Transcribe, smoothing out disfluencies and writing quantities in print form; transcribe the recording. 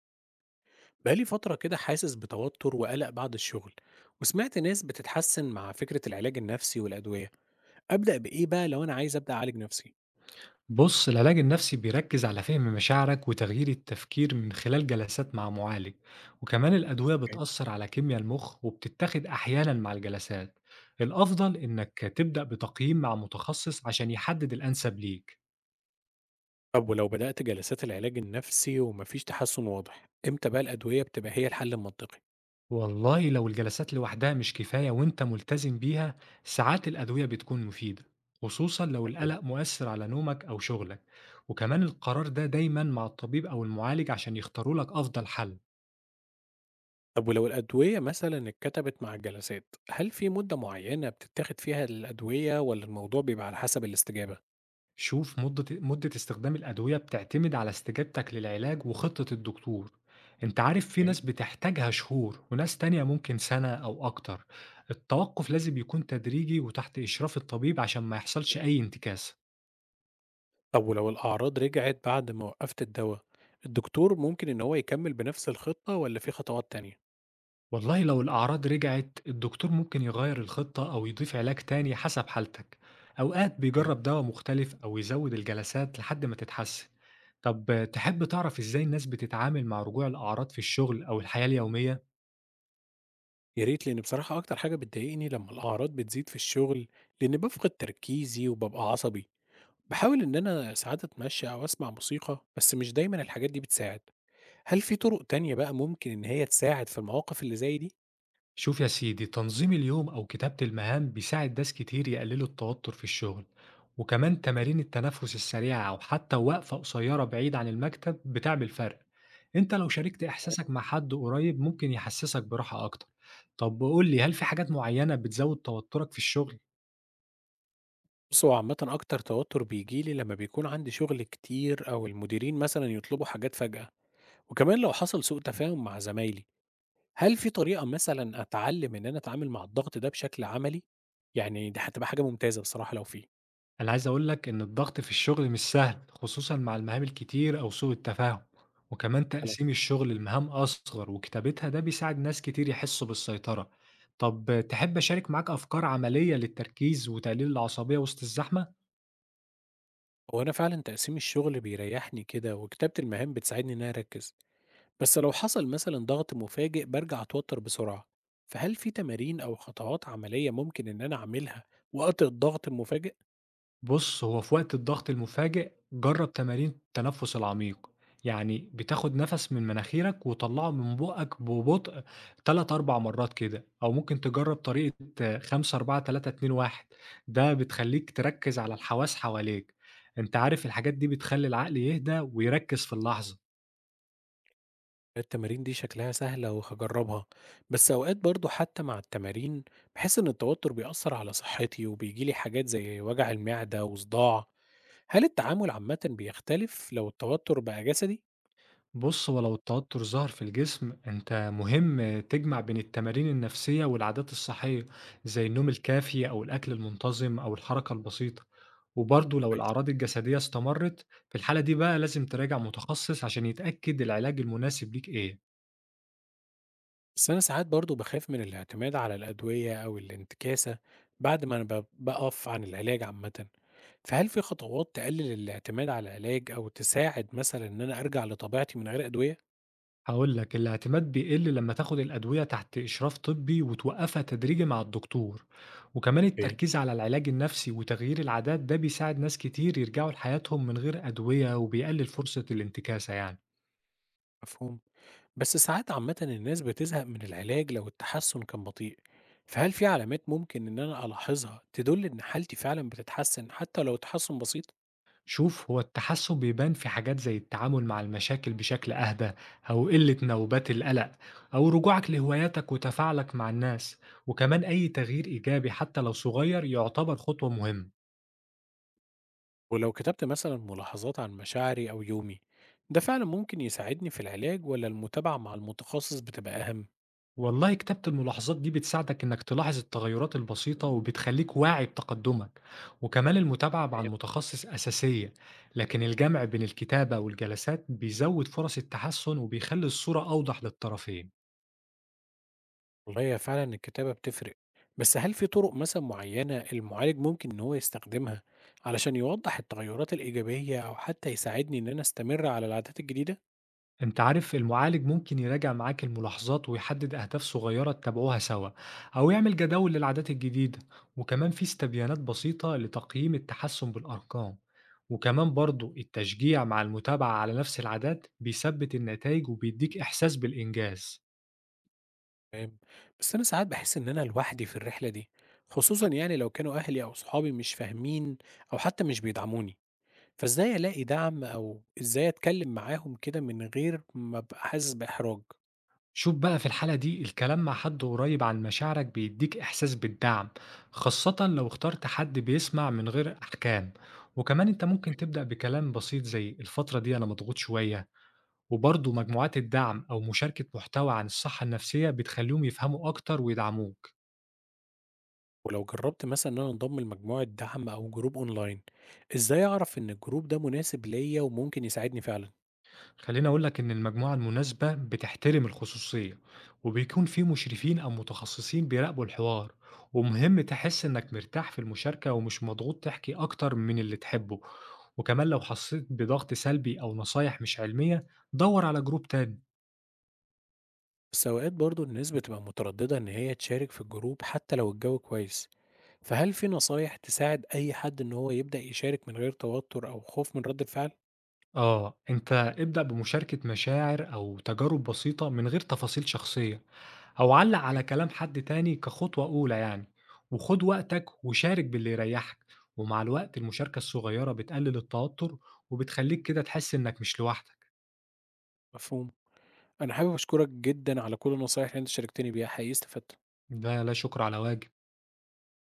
بقالي فترة كده حاسس بتوتر وقلق بعد الشغل. وسمعت ناس بتتحسن مع فكرة العلاج النفسي والأدوية. أبدأ بإيه بقى لو أنا عايز أبدأ أعالج نفسي؟ بُص، العلاج النفسي بيركّز على فهم مشاعرك وتغيير التفكير من خلال جلسات مع معالج، وكمان الأدوية أوكي. بتأثّر على كيميا المُخ وبتتاخد أحيانًا مع الجلسات، الأفضل إنك تبدأ بتقييم مع متخصص عشان يحدد الأنسب ليك. طب ولو بدأت جلسات العلاج النفسي ومفيش تحسن واضح إمتى بقى الأدوية بتبقى هي الحل المنطقي؟ والله لو الجلسات لوحدها مش كفاية وأنت ملتزم بيها، ساعات الأدوية بتكون مفيدة، خصوصًا لو تمام. القلق مؤثّر على نومك أو شغلك، وكمان القرار ده دايمًا مع الطبيب أو المعالج عشان يختاروا لك أفضل حل. طب ولو الأدوية مثلا اتكتبت مع الجلسات هل في مدة معينة بتتاخد فيها الأدوية ولا الموضوع بيبقى على حسب الاستجابة؟ شوف مدة استخدام الأدوية بتعتمد على استجابتك للعلاج وخطة الدكتور، انت عارف في أوكي. ناس بتحتاجها شهور وناس تانية ممكن سنة أو أكتر. التوقف لازم يكون تدريجي وتحت إشراف الطبيب عشان ما يحصلش أي انتكاس. طب ولو الأعراض رجعت بعد ما وقفت الدواء، الدكتور ممكن إن هو يكمل بنفس الخطة ولا في خطوات تانية؟ والله لو الأعراض رجعت الدكتور ممكن يغير الخطة أو يضيف علاج تاني حسب حالتك، أوقات أوكي. بيجرب دواء مختلف أو يزود الجلسات لحد ما تتحسن. طب تحب تعرف إزاي الناس بتتعامل مع رجوع الأعراض في الشغل أو الحياة اليومية؟ يا ريت، لأن بصراحة أكتر حاجة بتضايقني لما الأعراض بتزيد في الشغل، لأن بفقد تركيزي وببقى عصبي. بحاول إن أنا ساعات أتمشى أو أسمع موسيقى، بس مش دايما الحاجات دي بتساعد. هل في طرق تانية بقى ممكن إن هي تساعد في المواقف اللي زي دي؟ شوف يا سيدي تنظيم اليوم أو كتابة المهام بيساعد ناس كتير يقللوا التوتر في الشغل، وكمان تمارين التنفس السريعة أو حتى وقفة قصيرة بعيد عن المكتب بتعمل فرق. أنت لو شاركت اوكي. إحساسك مع حد قريب ممكن يحسسك براحة أكتر. طب قول لي هل في حاجات معينة بتزود توترك في الشغل؟ بص، هو عامة أكتر توتر بيجيلي لما بيكون عندي شغل كتير أو المديرين مثلا يطلبوا حاجات فجأة، وكمان لو حصل سوء تفاهم مع زمايلي. هل في طريقة مثلا أتعلم إن أنا أتعامل مع الضغط ده بشكل عملي؟ يعني دي هتبقى حاجة ممتازة بصراحة لو في. أنا عايز أقول لك إن الضغط في الشغل مش سهل، خصوصًا مع المهام الكتير أو سوء التفاهم، وكمان تقسيم الشغل لمهام أصغر وكتابتها ده بيساعد ناس كتير يحسوا بالسيطرة. طب تحب أشارك معاك أفكار عملية للتركيز وتقليل العصبية وسط الزحمة؟ هو أنا فعلًا تقسيم الشغل بيريحني كده، وكتابة المهام بتساعدني إن أنا أركّز، بس لو حصل مثلًا ضغط مفاجئ بارجع أتوتر بسرعة، فهل في تمارين أو خطوات عملية ممكن إن أنا أعملها وقت الضغط المفاجئ؟ بُص، هو في وقت الضغط المفاجئ جرّب تمارين التنفس العميق، يعني بتاخد نَفَس من مناخيرك وتطلّعه من بُقك ببطء 3، 4 مرات كده، أو ممكن تجرّب طريقة 5، 4، 3، 2، 1، ده بتخلّيك تركّز على الحواس حواليك، أنت عارف الحاجات دي بتخلّي العقل يهدى ويركّز في اللحظة. التمارين دي شكلها سهلة وهاجربها، بس أوقات برضه حتى مع التمارين باحس إن التوتر بيأثر على صحتي وبييجي لي حاجات زي وجع المعدة وصداع، هل التعامل عامةً بيختلف لو التوتر بقى جسدي؟ بُص، هو لو التوتر ظهر في الجسم، أنت مهم تجمع بين التمارين النفسية والعادات الصحية، زي النوم الكافي أو الأكل المنتظم أو الحركة البسيطة، وبرضه لو كويس. الأعراض الجسدية استمرت، في الحالة دي بقى لازم تراجع متخصص عشان يتأكد العلاج المناسب ليك إيه. بس أنا ساعات برضه باخاف من الاعتماد على الأدوية أو الانتكاسة بعد ما أنا بقف عن العلاج عامة، فهل في خطوات تقلل الاعتماد على العلاج أو تساعد مثلا إن أنا أرجع لطبيعتي من غير أدوية؟ هاقول لك، الاعتماد بيقل لمّا تاخد الأدوية تحت إشراف طبّي وتوقّفها تدريجي مع الدكتور، وكمان اوكي. التركيز على العلاج النفسي وتغيير العادات ده بيساعد ناس كتير يرجعوا لحياتهم من غير أدوية وبيقلل فرصة الانتكاسة يعني. مفهوم، بس ساعات عامة الناس بتزهق من العلاج لو التحسن كان بطيء، فهل في علامات ممكن إن أنا ألاحظها تدل إن حالتي فعلا بتتحسن حتى لو تحسن بسيط؟ شوف هو التحسن بيبان في حاجات زي التعامل مع المشاكل بشكل أهدى أو قلة نوبات القلق أو رجوعك لهواياتك وتفاعلك مع الناس، وكمان أي تغيير إيجابي حتى لو صغير يعتبر خطوة مهمة. ولو كتبت مثلا ملاحظات عن مشاعري أو يومي، ده فعلا ممكن يساعدني في العلاج ولا المتابعة مع المتخصص بتبقى أهم؟ والله كتابة الملاحظات دي بتساعدك إنك تلاحظ التغيرات البسيطة وبتخليك واعي بتقدمك، وكمان المتابعة مع تمام. المتخصص أساسية، لكن الجمع بين الكتابة والجلسات بيزود فرص التحسن وبيخلي الصورة أوضح للطرفين. والله هي فعلا الكتابة بتفرق، بس هل في طرق مثلا معينة المعالج ممكن إن هو يستخدمها علشان يوضح التغيرات الإيجابية أو حتى يساعدني إن أنا أستمر على العادات الجديدة؟ أنت عارف المعالج ممكن يراجع معاك الملاحظات ويحدد أهداف صغيرة تتابعوها سوا أو يعمل جداول للعادات الجديدة، وكمان في استبيانات بسيطة لتقييم التحسن بالأرقام، وكمان برضو التشجيع مع المتابعة على نفس العادات بيثبت النتائج وبيديك إحساس بالإنجاز. تمام. بس أنا ساعات بحس إن أنا لوحدي في الرحلة دي، خصوصا يعني لو كانوا أهلي أو صحابي مش فاهمين أو حتى مش بيدعموني، فإزاي ألاقي دعم أو إزاي أتكلّم معاهم كده من غير ما أبقى حاسس بإحراج؟ شوف بقى في الحالة دي الكلام مع حد قريب عن مشاعرك بيديك إحساس بالدعم، خاصة لو اخترت حد بيسمع من غير أحكام، وكمان أنت ممكن تبدأ بكلام بسيط زي الفترة دي أنا مضغوط شوية، وبرضه مجموعات الدعم أو مشاركة محتوى عن الصحة النفسية بتخلّيهم يفهموا أكتر ويدعموك. ولو جرّبت مثلًا إن أنا أنضم لمجموعة دعم أو جروب أونلاين، إزاي أعرف إن الجروب ده مناسب ليّا وممكن يساعدني فعلًا؟ خلّيني أقول لك إن المجموعة المناسبة بتحترم الخصوصية، وبيكون في مشرفين أو متخصصين بيراقبوا الحوار، ومهم تحس إنك مرتاح في المشاركة ومش مضغوط تحكي أكتر من اللي تحبه، وكمان لو حسيت بضغط سلبي أو نصايح مش علمية دَوّر على جروب تاني. بس أوقات برضه الناس بتبقى متردّدة إن هي تشارك في الجروب حتّى لو الجو كويس، فهل في نصايح تساعد أي حد إن هو يبدأ يشارك من غير توتُّر أو خوف من رَد الفعل؟ آه، أنت ابدأ بمشاركة مشاعر أو تجارب بسيطة من غير تفاصيل شخصية، أو علق على كلام حد تاني كخطوة أولى يعني، وخد وقتك وشارك باللي يريحك، ومع الوقت المشاركة الصغيرة بتقلل التوتر وبتخليك كده تحس إنك مش لوحدك، مفهوم. أنا حابب أشكرك جدًا على كل النصايح اللي أنت شاركتني بيها، حقيقي استفدت. ده لا شكر على واجب.